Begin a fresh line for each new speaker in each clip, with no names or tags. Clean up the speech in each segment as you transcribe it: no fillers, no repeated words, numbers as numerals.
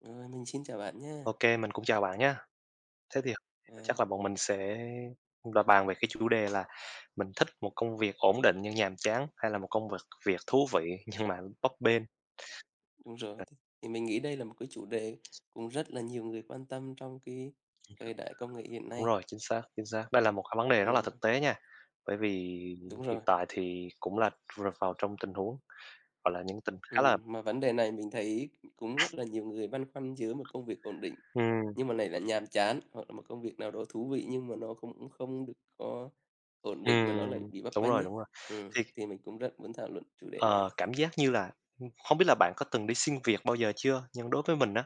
Rồi, mình xin chào bạn nha.
OK, mình cũng chào bạn nhé. Thế thì
À,
chắc là bọn mình sẽ là bàn về cái chủ đề là mình thích một công việc ổn định nhưng nhàm chán hay là một công việc việc thú vị nhưng mà bấp bênh.
đúng rồi, thì mình nghĩ đây là một cái chủ đề cũng rất là nhiều người quan tâm trong cái thời đại công nghệ hiện
Đúng
nay.
rồi, chính xác, chính xác. Đây là một cái vấn đề rất là
Ừm,
thực tế nha, bởi vì
đúng
hiện
rồi.
tại thì cũng là rơi vào trong tình huống, gọi là, những tình khá là
Mà vấn đề này mình thấy cũng rất là nhiều người băn khoăn giữa một công việc ổn định,
ừm,
nhưng mà này là nhàm chán, hoặc là một công việc nào đó thú vị nhưng mà nó cũng không được có ổn định mà nó
ừm,
lại bị bấp
đúng
bênh
rồi,
ấy.
đúng rồi. Thì
Thì mình cũng rất muốn thảo luận chủ đề này.
Ờ, cảm giác như là không biết là bạn có từng đi xin việc bao giờ chưa? Nhưng đối với mình á,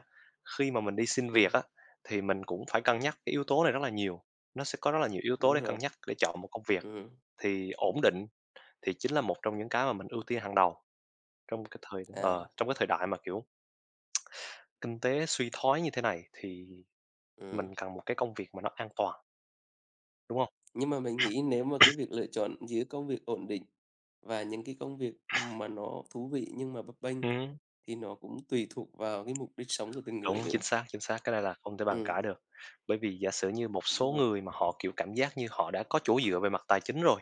khi mà mình đi xin việc
Ừm,
á, thì mình cũng phải cân nhắc cái yếu tố này rất là nhiều. Nó sẽ có rất là nhiều yếu tố để
đúng
cân
rồi.
nhắc để chọn một công việc,
Ừm,
thì ổn định thì chính là một trong những cái mà mình ưu tiên hàng đầu trong cái
à,
trong cái thời đại mà, kiểu, kinh tế suy thoái như thế này thì
ừm.
mình cần một cái công việc mà nó an toàn, đúng không?
Nhưng mà mình nghĩ nếu mà cái việc lựa chọn giữa công việc ổn định và những cái công việc mà nó thú vị nhưng mà bấp bênh
Ừm,
thì nó cũng tùy thuộc vào cái mục đích sống của từng
đúng,
người nữa.
chính xác, cái này là không thể bàn
Ừm,
cãi được. Bởi vì giả sử như một
đúng
số
rồi,
người mà họ, kiểu, cảm giác như họ đã có chỗ dựa về mặt tài chính rồi,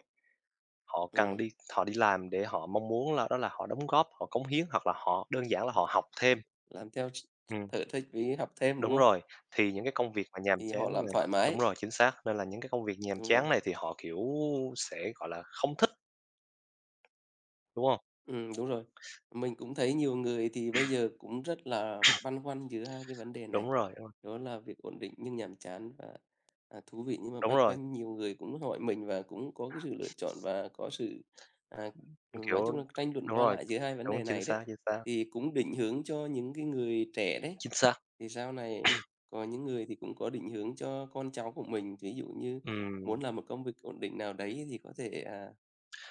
Họ
ừm,
cần đi họ đi làm để họ mong muốn là đó là họ đóng góp, họ cống hiến hoặc là họ đơn giản là họ học thêm.
làm theo
Ừm,
sở thích với học thêm, đúng
đúng
không?
rồi, thì những cái công việc mà nhàm
Thì
chán
họ làm
này
thoải
đúng
mái,
rồi, chính xác, nên là những cái công việc nhàm
đúng rồi.
chán này thì họ, kiểu, sẽ, gọi là, không thích, đúng không?
Đúng rồi. Mình cũng thấy nhiều người thì bây giờ cũng rất là băn khoăn giữa hai cái vấn đề này,
Đúng rồi, đúng rồi,
đó là việc ổn định nhưng nhàm chán và, thú vị. Nhưng mà
đúng
banh
rồi,
banh nhiều người cũng hỏi mình và cũng có cái sự lựa chọn và có sự, à, nói
kiểu
chung là tranh luận
đúng
qua
rồi,
lại giữa hai vấn
đúng,
đề
chính
này đấy.
xác, chính xác,
Thì cũng định hướng cho những cái người trẻ đấy,
chính xác,
thì sau này có những người thì cũng có định hướng cho con cháu của mình, ví dụ như
ừm,
muốn làm một công việc ổn định nào đấy thì có thể,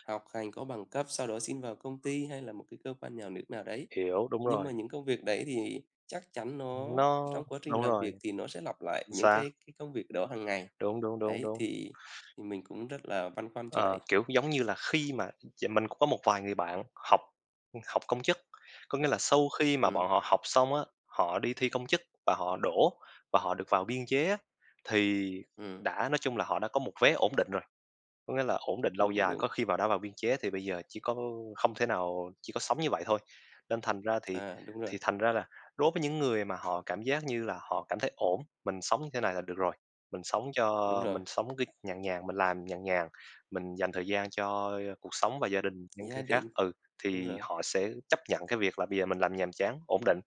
học hành có bằng cấp, sau đó xin vào công ty hay là một cái cơ quan nhà nước nào đấy.
hiểu, đúng
Nhưng
rồi,
mà những công việc đấy thì chắc chắn nó
nó
trong quá trình
đúng
làm
rồi,
việc thì nó sẽ lặp lại
chính
những
xác,
cái công việc đó hàng ngày.
đúng, đúng, đúng,
Đấy,
đúng.
thì mình cũng rất là băn khoăn chỗ
Ờ,
đấy.
kiểu, giống như là, khi mà mình cũng có một vài người bạn học học công chức, có nghĩa là sau khi mà bọn
Ừm,
họ học xong á, họ đi thi công chức và họ đỗ và họ được vào biên chế á, thì
ừm,
đã nói chung là họ đã có một vé ổn định rồi. Có nghĩa là ổn định lâu
đúng,
dài,
đúng.
có khi vào đã vào biên chế thì bây giờ chỉ có không thể nào chỉ có sống như vậy thôi. Nên thành ra thì
À,
thành ra là đối với những người mà họ cảm giác như là họ cảm thấy ổn, mình sống như thế này là được rồi, mình sống cho
đúng rồi,
mình sống cái nhàn nhàn, mình làm nhàn nhàn, mình dành thời gian cho cuộc sống và gia đình, những
gia
cái khác
đình,
ừ,
đúng
thì
rồi.
họ sẽ chấp nhận cái việc là bây giờ mình làm nhàm chán, ổn định.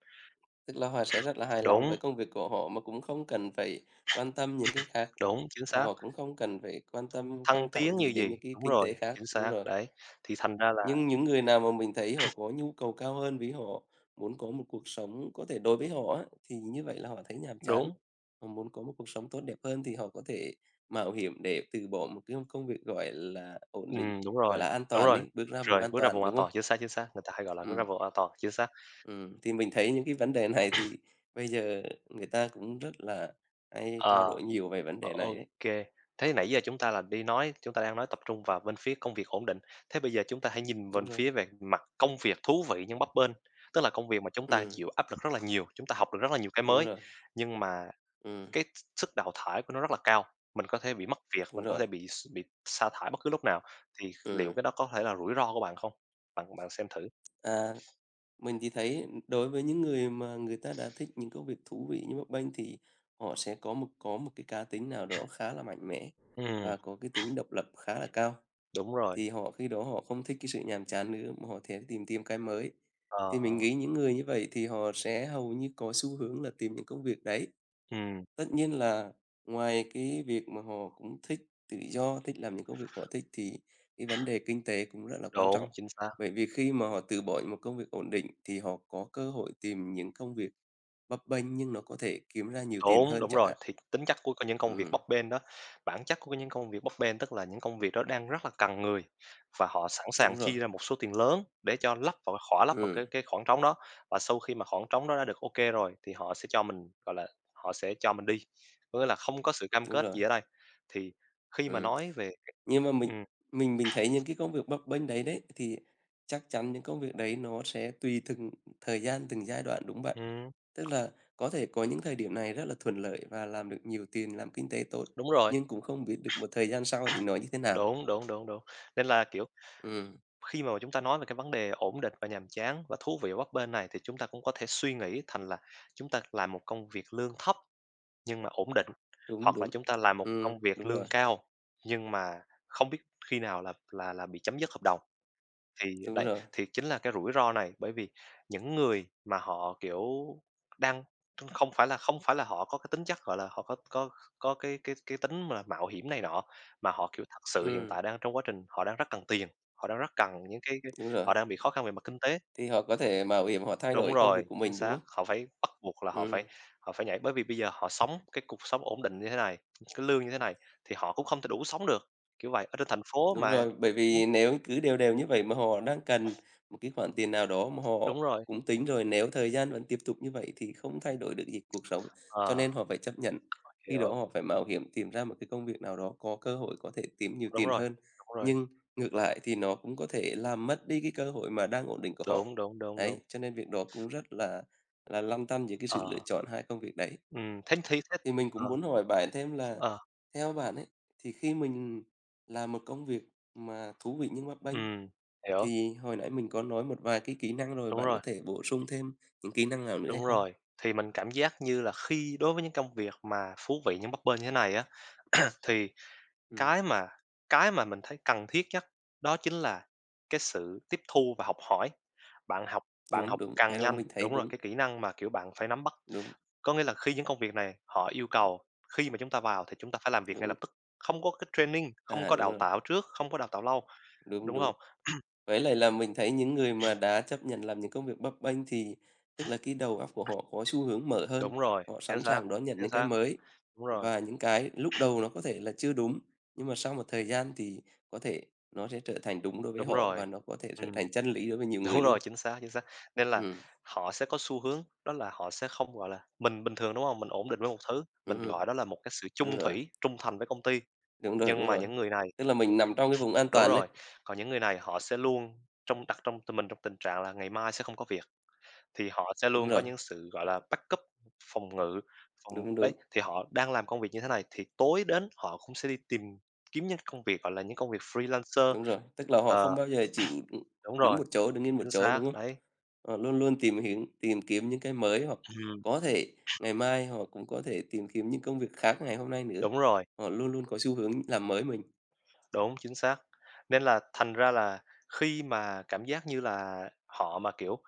Tức là họ sẽ rất là hài lòng
Đúng,
với công việc của họ mà cũng không cần phải quan tâm những cái khác,
đúng, chính
và
xác,
họ cũng không cần phải quan tâm
thăng
căng thẳng
tiến như
gì đến
gì
những cái
đúng
kinh
rồi,
tế khác,
chính
đúng
xác,
rồi.
đấy, thì thành ra là
Nhưng những người nào mà mình thấy họ có nhu cầu cao hơn, vì họ muốn có một cuộc sống có thể đối với họ á, thì như vậy là họ thấy nhàm chán,
đúng.
họ muốn có một cuộc sống tốt đẹp hơn thì họ có thể mạo hiểm để từ bỏ một cái công việc, gọi là, ổn định,
Ừm, đúng
gọi
rồi,
là, an
đúng
toàn
rồi,
ấy, bước ra vùng
rồi,
an
bước ra vùng
toàn,
an
đúng
toàn,
không?
chính xác, người ta hay gọi là bước ra
Ừm.
vùng an toàn, chính xác.
Thì mình thấy những cái vấn đề này thì bây giờ người ta cũng rất là hay trao
Ờ,
đổi nhiều về vấn
ô
đề này
ô
đấy.
thế nãy giờ chúng ta đang nói tập trung vào bên phía công việc ổn định, thế bây giờ chúng ta hãy nhìn
Đúng
bên
rồi.
phía về mặt công việc thú vị nhưng bấp bênh, tức là công việc mà chúng ta
Ừm,
chịu áp lực rất là nhiều, chúng ta học được rất là nhiều cái
đúng
mới,
rồi.
nhưng mà
Ừm,
cái sức đào thải của nó rất là cao, mình có thể bị mất việc,
đúng
mình có
rồi.
thể bị sa thải bất cứ lúc nào, thì liệu
Ừm,
cái đó có thể là rủi ro của bạn không? Bạn bạn xem thử.
à Mình thì thấy đối với những người mà người ta đã thích những công việc thú vị như bấp bênh thì họ sẽ có một cái cá tính nào đó khá là mạnh mẽ
Ừm,
và có cái tính độc lập khá là cao.
đúng rồi,
Thì họ khi đó họ không thích cái sự nhàm chán nữa mà họ sẽ tìm tìm cái mới.
ờ.
Thì mình nghĩ những người như vậy thì họ sẽ hầu như có xu hướng là tìm những công việc đấy.
Ừm,
Tất nhiên là ngoài cái việc mà họ cũng thích tự do, thích làm những công việc họ thích thì cái vấn đề kinh tế cũng rất là quan
đúng,
trọng.
chính xác.
Bởi vì khi mà họ từ bỏ một công việc ổn định thì họ có cơ hội tìm những công việc bấp bênh nhưng nó có thể kiếm ra nhiều tiền
Đúng,
hơn
đúng
chẳng
rồi,
hạn.
thì tính chất của những công việc bấp
Ừm,
bênh đó, bản chất của những công việc bấp bênh tức là những công việc đó đang rất là cần người và họ sẵn sàng
đúng rồi.
chi ra một số tiền lớn để cho lấp vào khỏa lấp vào
Ừm,
cái khoảng trống đó. Và sau khi mà khoảng trống đó đã được ok rồi thì họ sẽ cho mình, gọi là, họ sẽ cho mình đi, có nghĩa là không có sự cam
đúng
kết
rồi.
gì ở đây. Thì khi mà
Ừ,
nói về
Nhưng mà mình
ừm,
mình mình thấy những cái công việc bấp bênh đấy đấy, thì chắc chắn những công việc đấy nó sẽ tùy từng thời gian, từng giai đoạn, đúng bạn?
ừm,
Tức là có thể có những thời điểm này rất là thuận lợi và làm được nhiều tiền, làm kinh tế tốt,
đúng rồi,
nhưng cũng không biết được một thời gian sau thì nó như thế nào.
đúng, đúng, đúng, đúng, nên là, kiểu
Ừ
Khi mà chúng ta nói về cái vấn đề ổn định và nhàm chán và thú vị ở bấp bênh này thì chúng ta cũng có thể suy nghĩ thành là chúng ta làm một công việc lương thấp nhưng mà ổn định,
đúng,
hoặc là
đúng.
chúng ta làm một
Ừ
công việc
đúng
lương
rồi,
cao nhưng mà không biết khi nào là bị chấm dứt hợp đồng. Thì
đúng
đấy,
rồi.
thì chính là cái rủi ro này, bởi vì những người mà họ, kiểu, đang không phải là họ có cái tính chất, gọi là, họ có cái tính mà mạo hiểm này nọ, mà họ, kiểu, thật sự hiện
Ừ
tại đang trong quá trình họ đang rất cần tiền, họ đang rất cần những cái
đúng rồi.
họ đang bị khó khăn về mặt kinh tế.
Thì họ có thể mạo hiểm họ thay
Đúng
đổi công
rồi,
việc của
chính
mình, đúng
xác,
không?
họ phải bắt buộc là
Ừ.
họ phải nhảy, bởi vì bây giờ họ sống cái cuộc sống ổn định như thế này, cái lương như thế này thì họ cũng không thể đủ sống được, kiểu vậy, ở trên thành phố
Đúng
mà
rồi, bởi
ừm,
vì nếu cứ đều đều như vậy mà họ đang cần một cái khoản tiền nào đó mà họ
đúng rồi,
cũng tính rồi, nếu thời gian vẫn tiếp tục như vậy thì không thay đổi được gì cuộc sống, cho
ờ,
nên họ phải chấp nhận. Khi đó
hiểu.
họ phải mạo hiểm tìm ra một cái công việc nào đó có cơ hội có thể kiếm nhiều
Đúng
tiền
rồi,
hơn,
đúng rồi,
nhưng ngược lại thì nó cũng có thể làm mất đi cái cơ hội mà đang ổn định của họ.
đúng, đúng, đúng,
Đấy,
đúng.
cho nên việc đó cũng rất là lăn tăn giữa cái sự lựa
Ờ,
chọn hai công việc đấy.
thế thì thế
Thì mình cũng
ờ,
muốn hỏi bạn thêm là
ờ,
theo bạn ấy, thì khi mình làm một công việc mà thú vị nhưng bấp bênh,
ừm, hiểu,
thì hồi nãy mình có nói một vài cái kỹ năng rồi,
đúng
bạn
rồi,
có thể bổ sung thêm những kỹ năng nào nữa hay
đúng
không?
rồi. Thì mình cảm giác như là khi đối với những công việc mà thú vị, những bấp bênh như thế này á, thì
Ừm,
Cái mà cái mà mình thấy cần thiết nhất đó chính là cái sự tiếp thu và học hỏi. Bạn học bạn
đúng,
học
đúng,
càng
cái đó
nhanh
mình thấy
đúng rồi,
đúng,
cái kỹ năng mà, kiểu, bạn phải nắm bắt.
đúng,
Có nghĩa là khi những công việc này họ yêu cầu khi mà chúng ta vào thì chúng ta phải làm việc ngay
đúng.
lập tức, không có cái training, không
À,
có
đúng
đào
rồi,
tạo trước, không có đào tạo lâu,
đúng,
đúng
đúng.
không?
Với lại là mình thấy những người mà đã chấp nhận làm những công việc bấp bênh thì tức là cái đầu óc của họ có xu hướng mở hơn,
Đúng rồi,
họ sẵn sàng đón nhận
chính
những cái
xác,
mới
đúng rồi,
và những cái lúc đầu nó có thể là chưa đúng, nhưng mà sau một thời gian thì có thể nó sẽ trở thành đúng đối với
đúng
họ
rồi.
và nó có thể
Ừm.
trở thành chân lý đối với nhiều người
Đúng
luôn.
rồi, chính xác, chính xác. Nên là
Ừm,
họ sẽ có xu hướng đó là họ sẽ không, gọi là mình bình thường, đúng hông? Mình ổn định với một thứ, mình
ừm,
gọi đó là một cái sự
đúng
chung
rồi,
thủy, trung thành với công ty.
đúng rồi,
Nhưng
đúng
mà
rồi.
những người này
Tức là mình nằm trong cái vùng an
đúng
toàn đấy.
rồi, còn những người này họ sẽ luôn trong đặt trong tụi mình trong tình trạng là ngày mai sẽ không có việc, thì họ sẽ
Đúng
luôn có
rồi,
những sự, gọi là, backup, phòng ngự, phòng
đúng,
đấy,
đúng.
thì họ đang làm công việc như thế này thì tối đến họ cũng sẽ đi tìm kiếm những công việc, gọi là, những công việc freelancer.
Đúng rồi, tức là họ không
Ờ,
bao giờ chịu, ừ,
đúng
đứng
rồi,
một chỗ, đứng yên một
chính
chỗ,
xác,
đúng không?
đấy.
Họ luôn luôn tìm kiếm những cái mới hoặc
Ừm,
có thể ngày mai họ cũng có thể tìm kiếm những công việc khác ngày hôm nay nữa.
đúng rồi.
Họ luôn luôn có xu hướng làm mới mình.
Đúng, chính xác. Nên là thành ra là khi mà cảm giác như là họ mà, kiểu,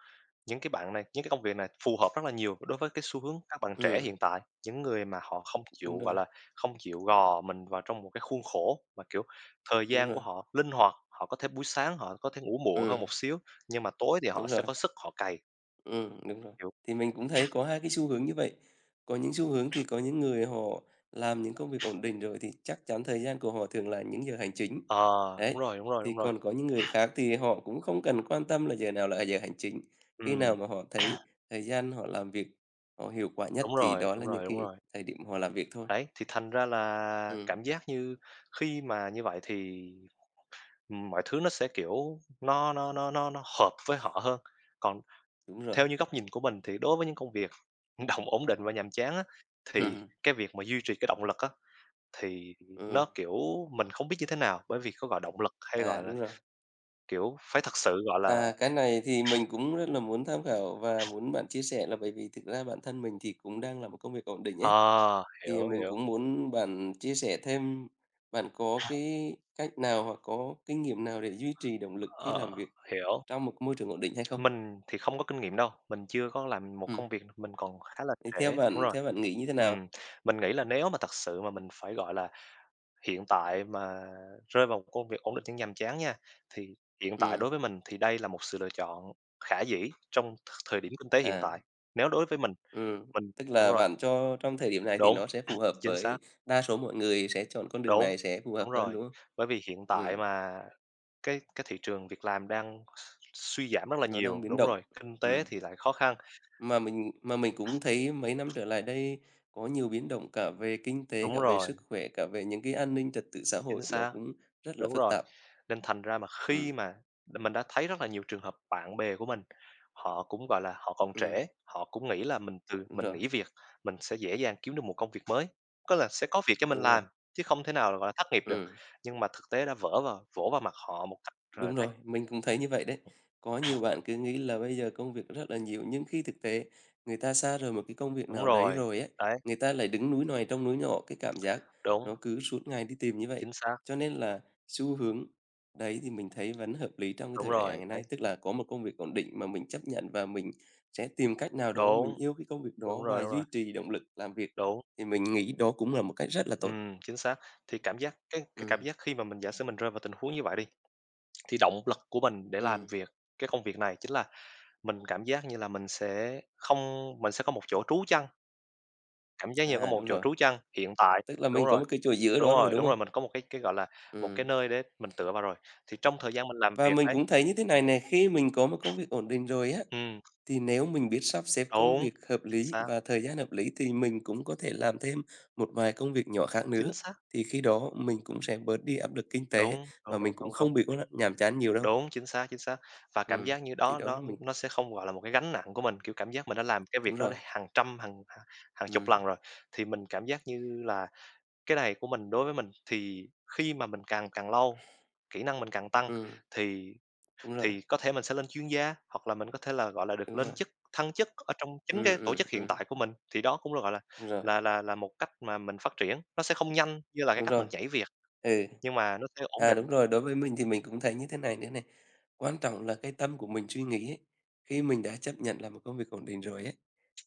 những cái bạn này, những cái công việc này phù hợp rất là nhiều đối với cái xu hướng các bạn trẻ
Ừm,
hiện tại, những người mà họ không
đúng
chịu, gọi
rồi,
là, không chịu gò mình vào trong một cái khuôn khổ mà, kiểu, thời
đúng
gian của
rồi,
họ linh hoạt, họ có thể buổi sáng họ có thể ngủ muộn hơn
ừm,
một xíu, nhưng mà tối thì họ
đúng
sẽ
rồi.
có sức họ cày,
Đúng rồi.
kiểu
Thì mình cũng thấy có hai cái xu hướng như vậy. Có những xu hướng thì có những người họ làm những công việc ổn định rồi thì chắc chắn thời gian của họ thường là những giờ hành chính.
ờ, đúng
Đấy,
rồi, đúng rồi,
thì
đúng rồi.
còn có những người khác thì họ cũng không cần quan tâm là giờ nào là giờ hành chính. Khi
Ừm,
nào mà họ thấy thời gian họ làm việc, họ hiệu quả nhất
đúng
thì
rồi,
đó
đúng
là
rồi,
những
đúng
cái
rồi.
thời điểm họ làm việc thôi.
Đấy, thì thành ra là
Ừm,
cảm giác như khi mà như vậy thì mọi thứ nó sẽ, kiểu, nó hợp với họ hơn. Còn
đúng rồi.
theo như góc nhìn của mình thì đối với những công việc đồng ổn định và nhàm chán á, thì cái việc mà duy trì cái động lực á, thì
Ừm,
nó, kiểu, mình không biết như thế nào, bởi vì có gọi động lực hay, gọi là,
đúng rồi.
kiểu, phải thật sự, gọi là
À, cái này thì mình cũng rất là muốn tham khảo và muốn bạn chia sẻ là bởi vì thực ra bản thân mình thì cũng đang làm một công việc ổn định ấy,
ờ,
thì
hiểu,
mình
hiểu,
cũng muốn bạn chia sẻ thêm, bạn có cái cách nào hoặc có kinh nghiệm nào để duy trì động lực khi
ờ,
làm việc
hiểu.
trong một môi trường ổn định hay không?
Mình thì không có kinh nghiệm đâu, mình chưa có làm một
Ừm,
công việc, mình còn khá là
thì theo
trẻ đúng
bạn
rồi.
nghĩ như thế nào?
Ừm, mình nghĩ là nếu mà thật sự mà mình phải, gọi là Hiện tại mà rơi vào một công việc ổn định nhưng nhàm chán nha, thì hiện tại
Ừm,
đối với mình thì đây là một sự lựa chọn khả dĩ trong thời điểm kinh tế hiện
à,
tại. Nếu đối với
ừm,
mình
tức
đúng
là
rồi,
bạn cho trong thời điểm này thì
đúng,
nó sẽ phù hợp
chính xác,
với đa số mọi người sẽ chọn con đường
đúng,
này sẽ phù hợp
đúng
hơn,
rồi.
đúng không?
Bởi vì hiện tại
Ừm,
mà cái thị trường việc làm đang suy giảm rất là
nó đang
nhiều,
biến
đúng
động.
rồi, kinh tế
Ừm.
thì lại khó khăn,
Mà mình cũng thấy mấy năm trở lại đây có nhiều biến động cả về kinh tế,
đúng
cả về
rồi,
sức khỏe, cả về những cái an ninh trật tự xã
chính
hội nó
xác.
cũng rất là
Đúng
phức
rồi,
tạp.
nên thành ra mà khi
Ừm,
mà mình đã thấy rất là nhiều trường hợp bạn bè của mình, họ cũng, gọi là, họ còn
ừm,
trẻ, họ cũng nghĩ là
đúng
mình
rồi,
nghỉ việc, mình sẽ dễ dàng kiếm được một công việc mới, có là sẽ có việc cho mình
đúng rồi,
làm, chứ không thể nào là, gọi là, thất nghiệp được.
ừm.
Nhưng mà thực tế đã vỡ vào vỗ vào mặt họ một cách
Đúng rồi, mình cũng thấy như vậy đấy. Có nhiều bạn cứ nghĩ là bây giờ công việc rất là nhiều, nhưng khi thực tế người ta xa rời một cái công việc nào đấy
rồi,
rồi ấy
đấy,
người ta lại đứng núi này trong núi nọ, cái cảm giác
đúng,
nó cứ suốt ngày đi tìm như vậy.
chính xác,
Cho nên là xu hướng đấy thì mình thấy vẫn hợp lý trong cái
đúng
thời đại
rồi,
ngày
đấy,
nay, tức là có một công việc ổn định mà mình chấp nhận và mình sẽ tìm cách nào đó mình
đúng,
yêu cái công việc
đúng
đó
rồi,
và
đúng rồi,
duy trì động lực làm việc.
đúng,
Thì mình nghĩ đó cũng là một cách rất là tốt.
chính xác. Thì cảm giác cái cảm
Ừm,
giác khi mà mình giả sử mình rơi vào tình huống như vậy đi, thì động lực của mình để làm
ừm.
việc cái công việc này chính là mình cảm giác như là mình sẽ không, mình sẽ có một chỗ trú chân, cảm giác như có
À,
một
đúng
chỗ
rồi,
trú chân hiện tại.
tức là
Đúng
mình có
rồi,
một cái chỗ giữa
đúng
đó rồi,
rồi,
đúng
đúng rồi,
không?
mình có một cái, gọi là, một cái
Ừm.
nơi để mình tựa vào rồi. Thì trong thời gian mình làm
Và
việc
mình
đấy
cũng thấy như thế này nè, khi mình có một công việc ổn định rồi á,
ừm,
thì nếu mình biết sắp xếp công
đúng,
việc hợp
chính
lý
xác,
và thời gian hợp lý thì mình cũng có thể làm thêm một vài công việc nhỏ khác
chính
nữa.
xác,
Thì khi đó mình cũng sẽ bớt đi áp lực kinh tế
đúng,
và
đúng, đúng,
mình cũng
đúng, đúng,
không bị có nhàm chán nhiều đâu.
đúng, chính xác, chính xác. Và cảm
Ừ,
giác như
thì
đó
đó là
đó
mình
nó sẽ không, gọi là, một cái gánh nặng của mình, kiểu, cảm giác mình đã làm cái
đúng
việc đó
rồi.
hàng trăm, hàng hàng chục
Ừ,
lần rồi, thì mình cảm giác như là cái này của mình đối với mình thì khi mà mình càng càng lâu, kỹ năng mình càng tăng
ừ,
thì
đúng rồi,
thì có thể mình sẽ lên chuyên gia, hoặc là mình có thể là, gọi là, được
đúng
lên
rồi.
chức, thăng chức ở trong chính
Ừ,
cái tổ
ừ,
chức hiện
ừ,
tại của mình, thì đó cũng là, gọi là,
đúng rồi,
là một cách mà mình phát triển. Nó sẽ không nhanh như là cái
đúng
cách
rồi.
mình nhảy việc,
Ừ.
nhưng mà nó sẽ ổn
À,
định.
đúng rồi, đối với mình thì mình cũng thấy như thế này nữa này, quan trọng là cái tâm của mình suy nghĩ ấy, khi mình đã chấp nhận làm một công việc ổn định rồi ấy,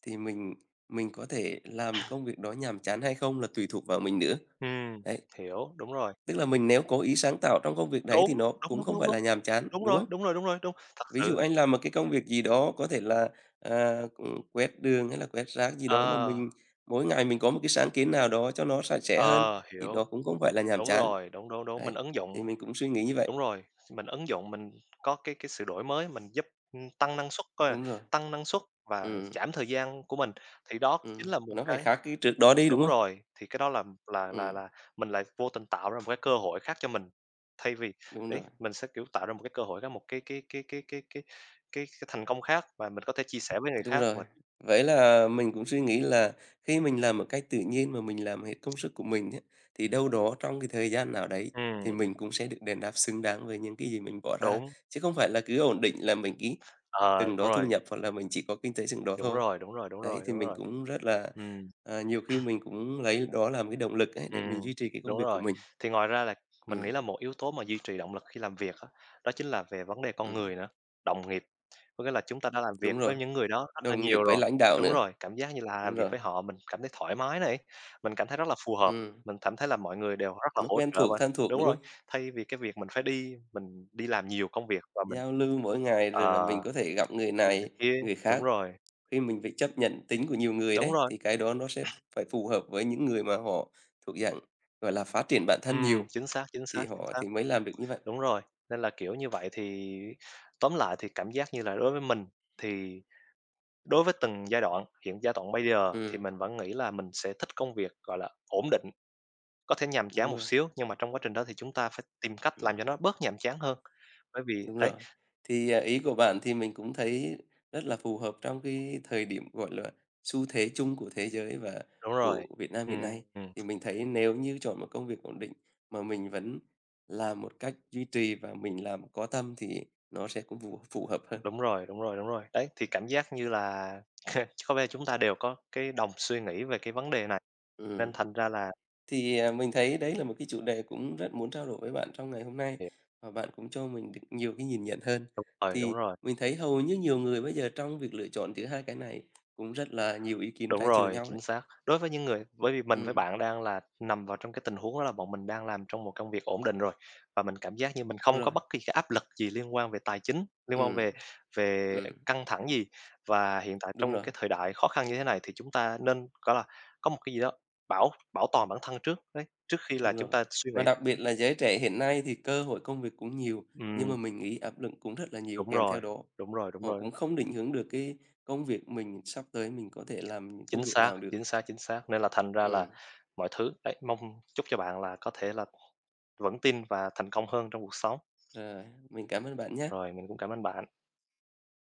thì mình có thể làm công việc đó nhàm chán hay không là tùy thuộc vào mình nữa.
Ừm,
Đấy,
hiểu, đúng rồi.
tức là mình nếu cố ý sáng tạo trong công việc đấy
Đúng,
thì nó
đúng,
cũng
đúng,
không
đúng,
phải
đúng.
là nhàm chán,
Đúng
đúng
rồi,
không?
đúng rồi, đúng rồi, đúng. Thật
Ví dụ
sự
anh làm một cái công việc gì đó có thể là, à, quét đường hay là quét rác gì đó mà
ờ,
mình mỗi ngày mình có một cái sáng kiến nào đó cho nó sạch sẽ hơn
ờ,
thì
hiểu.
đó cũng không phải là nhàm
Đúng
chán.
rồi, đúng, đúng, đúng,
Đấy,
mình ứng
thì
dụng.
mình cũng suy nghĩ như vậy.
Đúng rồi, mình ứng dụng mình có cái sự đổi mới, mình giúp, tăng năng suất coi à,
Đúng rồi,
tăng năng suất và
ừ,
giảm thời gian của mình, thì đó chính là một
nó phải
cái
khác cái trước đó đi, đúng
đúng
không?
rồi, thì cái đó là là là
Ừm,
là mình lại vô tình tạo ra một cái cơ hội khác cho mình. Thay vì
đúng
đấy,
rồi,
mình sẽ, kiểu, tạo ra một cái cơ hội khác, một cái thành công khác mà mình có thể chia sẻ với người
đúng
khác
rồi.
mà
Vậy là mình cũng suy nghĩ là khi mình làm một cách tự nhiên mà mình làm hết công sức của mình á, thì đâu đó trong cái thời gian nào đấy thì
ừm,
mình cũng sẽ được đền đáp xứng đáng với những cái gì mình bỏ ra,
đúng,
chứ không phải là cứ ổn định là mình ký
ờ,
từng
đúng
đó thu
rồi,
nhập hoặc là mình chỉ có kinh tế chừng đó
đúng
thôi.
rồi, đúng rồi, đúng
Đấy,
rồi,
thì
đúng
mình
rồi.
cũng rất là
Ừm.
à, nhiều khi mình cũng lấy đó làm cái động lực ấy để mình
Ừm,
duy trì cái công
đúng
việc của
rồi.
mình.
Thì ngoài ra là mình nghĩ
Ừ,
là một yếu tố mà duy trì động lực khi làm việc á, đó chính là về vấn đề con
ừm,
người nữa, đồng nghiệp. Có nghĩa là chúng ta đã làm việc
đúng rồi,
với những người đó rất là
đồng nghiệp
nhiều
với
rồi.
lãnh đạo
Đúng
nữa.
rồi, cảm giác như là làm
Đúng
việc
rồi,
với họ mình cảm thấy thoải mái này, mình cảm thấy rất là phù hợp,
ừm,
mình cảm thấy là mọi người đều rất là
nó
hỗ
quen
trợ
thuộc,
mình.
thân thuộc,
Đúng
đúng
rồi,
không?
thay vì cái việc mình đi làm nhiều công việc và mình,
Giao lưu mỗi ngày rồi là
ờ,
mình có thể gặp người
rồi này
này,
kia
người
đúng
khác.
rồi,
Khi mình phải chấp nhận tính của nhiều người
đúng
đấy,
rồi.
thì cái đó nó sẽ phải phù hợp với những người mà họ thuộc dạng, gọi là, phát triển bản thân nhiều,
Chính xác, chính
thì
xác, chính
họ
xác.
thì mới làm được như vậy.
Đúng rồi, nên là, kiểu như vậy, thì tóm lại thì cảm giác như là đối với mình thì đối với từng giai đoạn, hiện giai đoạn bây giờ thì
Ừm,
mình vẫn nghĩ là mình sẽ thích công việc, gọi là, ổn định, có thể nhàm chán
đúng
một
rồi,
xíu, nhưng mà trong quá trình đó thì chúng ta phải tìm cách
ừm.
làm cho nó bớt nhàm chán hơn. Bởi vì
Đúng
đấy,
rồi. Thì, à, ý của bạn thì mình cũng thấy rất là phù hợp trong cái thời điểm, gọi là, xu thế chung của thế giới và
đúng
của
rồi,
Việt Nam hiện
ừm,
nay.
ừm,
Thì mình thấy nếu như chọn một công việc ổn định mà mình vẫn làm một cách duy trì và mình làm có tâm thì nó sẽ cũng phù phù hợp hơn.
đúng rồi, đúng rồi, đúng rồi. Đấy, thì cảm giác như là có vẻ chúng ta đều có cái đồng suy nghĩ về cái vấn đề này, nên
Ừm.
thành ra là
Thì, à, mình thấy đấy là một cái chủ đề cũng rất muốn trao đổi với bạn trong ngày hôm nay, và bạn cũng cho mình được nhiều cái nhìn nhận hơn.
đúng rồi, đúng
Thì
rồi.
mình thấy hầu như nhiều người bây giờ trong việc lựa chọn giữa hai cái này cũng rất là nhiều ý kiến
Đúng
trái chiều
rồi,
nhau
chính
đấy.
xác. Đối với những người bởi vì mình với
Ừm,
bạn đang là nằm vào trong cái tình huống đó là bọn mình đang làm trong một công việc ổn định rồi, và mình cảm giác như mình không
đúng
có
rồi,
bất kỳ cái áp lực gì liên quan về tài chính, liên quan
ừm,
về về
ừm,
căng thẳng gì. Và hiện tại
đúng
trong
rồi,
cái thời đại khó khăn như thế này thì chúng ta nên, gọi là, có một cái gì đó bảo bảo toàn bản thân trước đấy, trước khi là
đúng
chúng
rồi.
ta suy
Mà
nghĩ
đặc biệt là giới trẻ hiện nay thì cơ hội công việc cũng nhiều, nhưng
ừm,
mà mình nghĩ áp lực cũng rất là nhiều
đúng
kèm theo
rồi,
đó.
đúng rồi, đúng
Họ
rồi.
cũng không định hướng được cái công việc mình sắp tới mình có thể làm những
Chính
công việc
xác,
nào được.
chính xác, chính xác. Nên là thành ra là
Ừm,
mọi thứ đấy, mong chúc cho bạn là có thể là vững tin và thành công hơn trong cuộc sống.
rồi, mình cảm ơn bạn nhé.
Rồi, mình cũng cảm ơn bạn.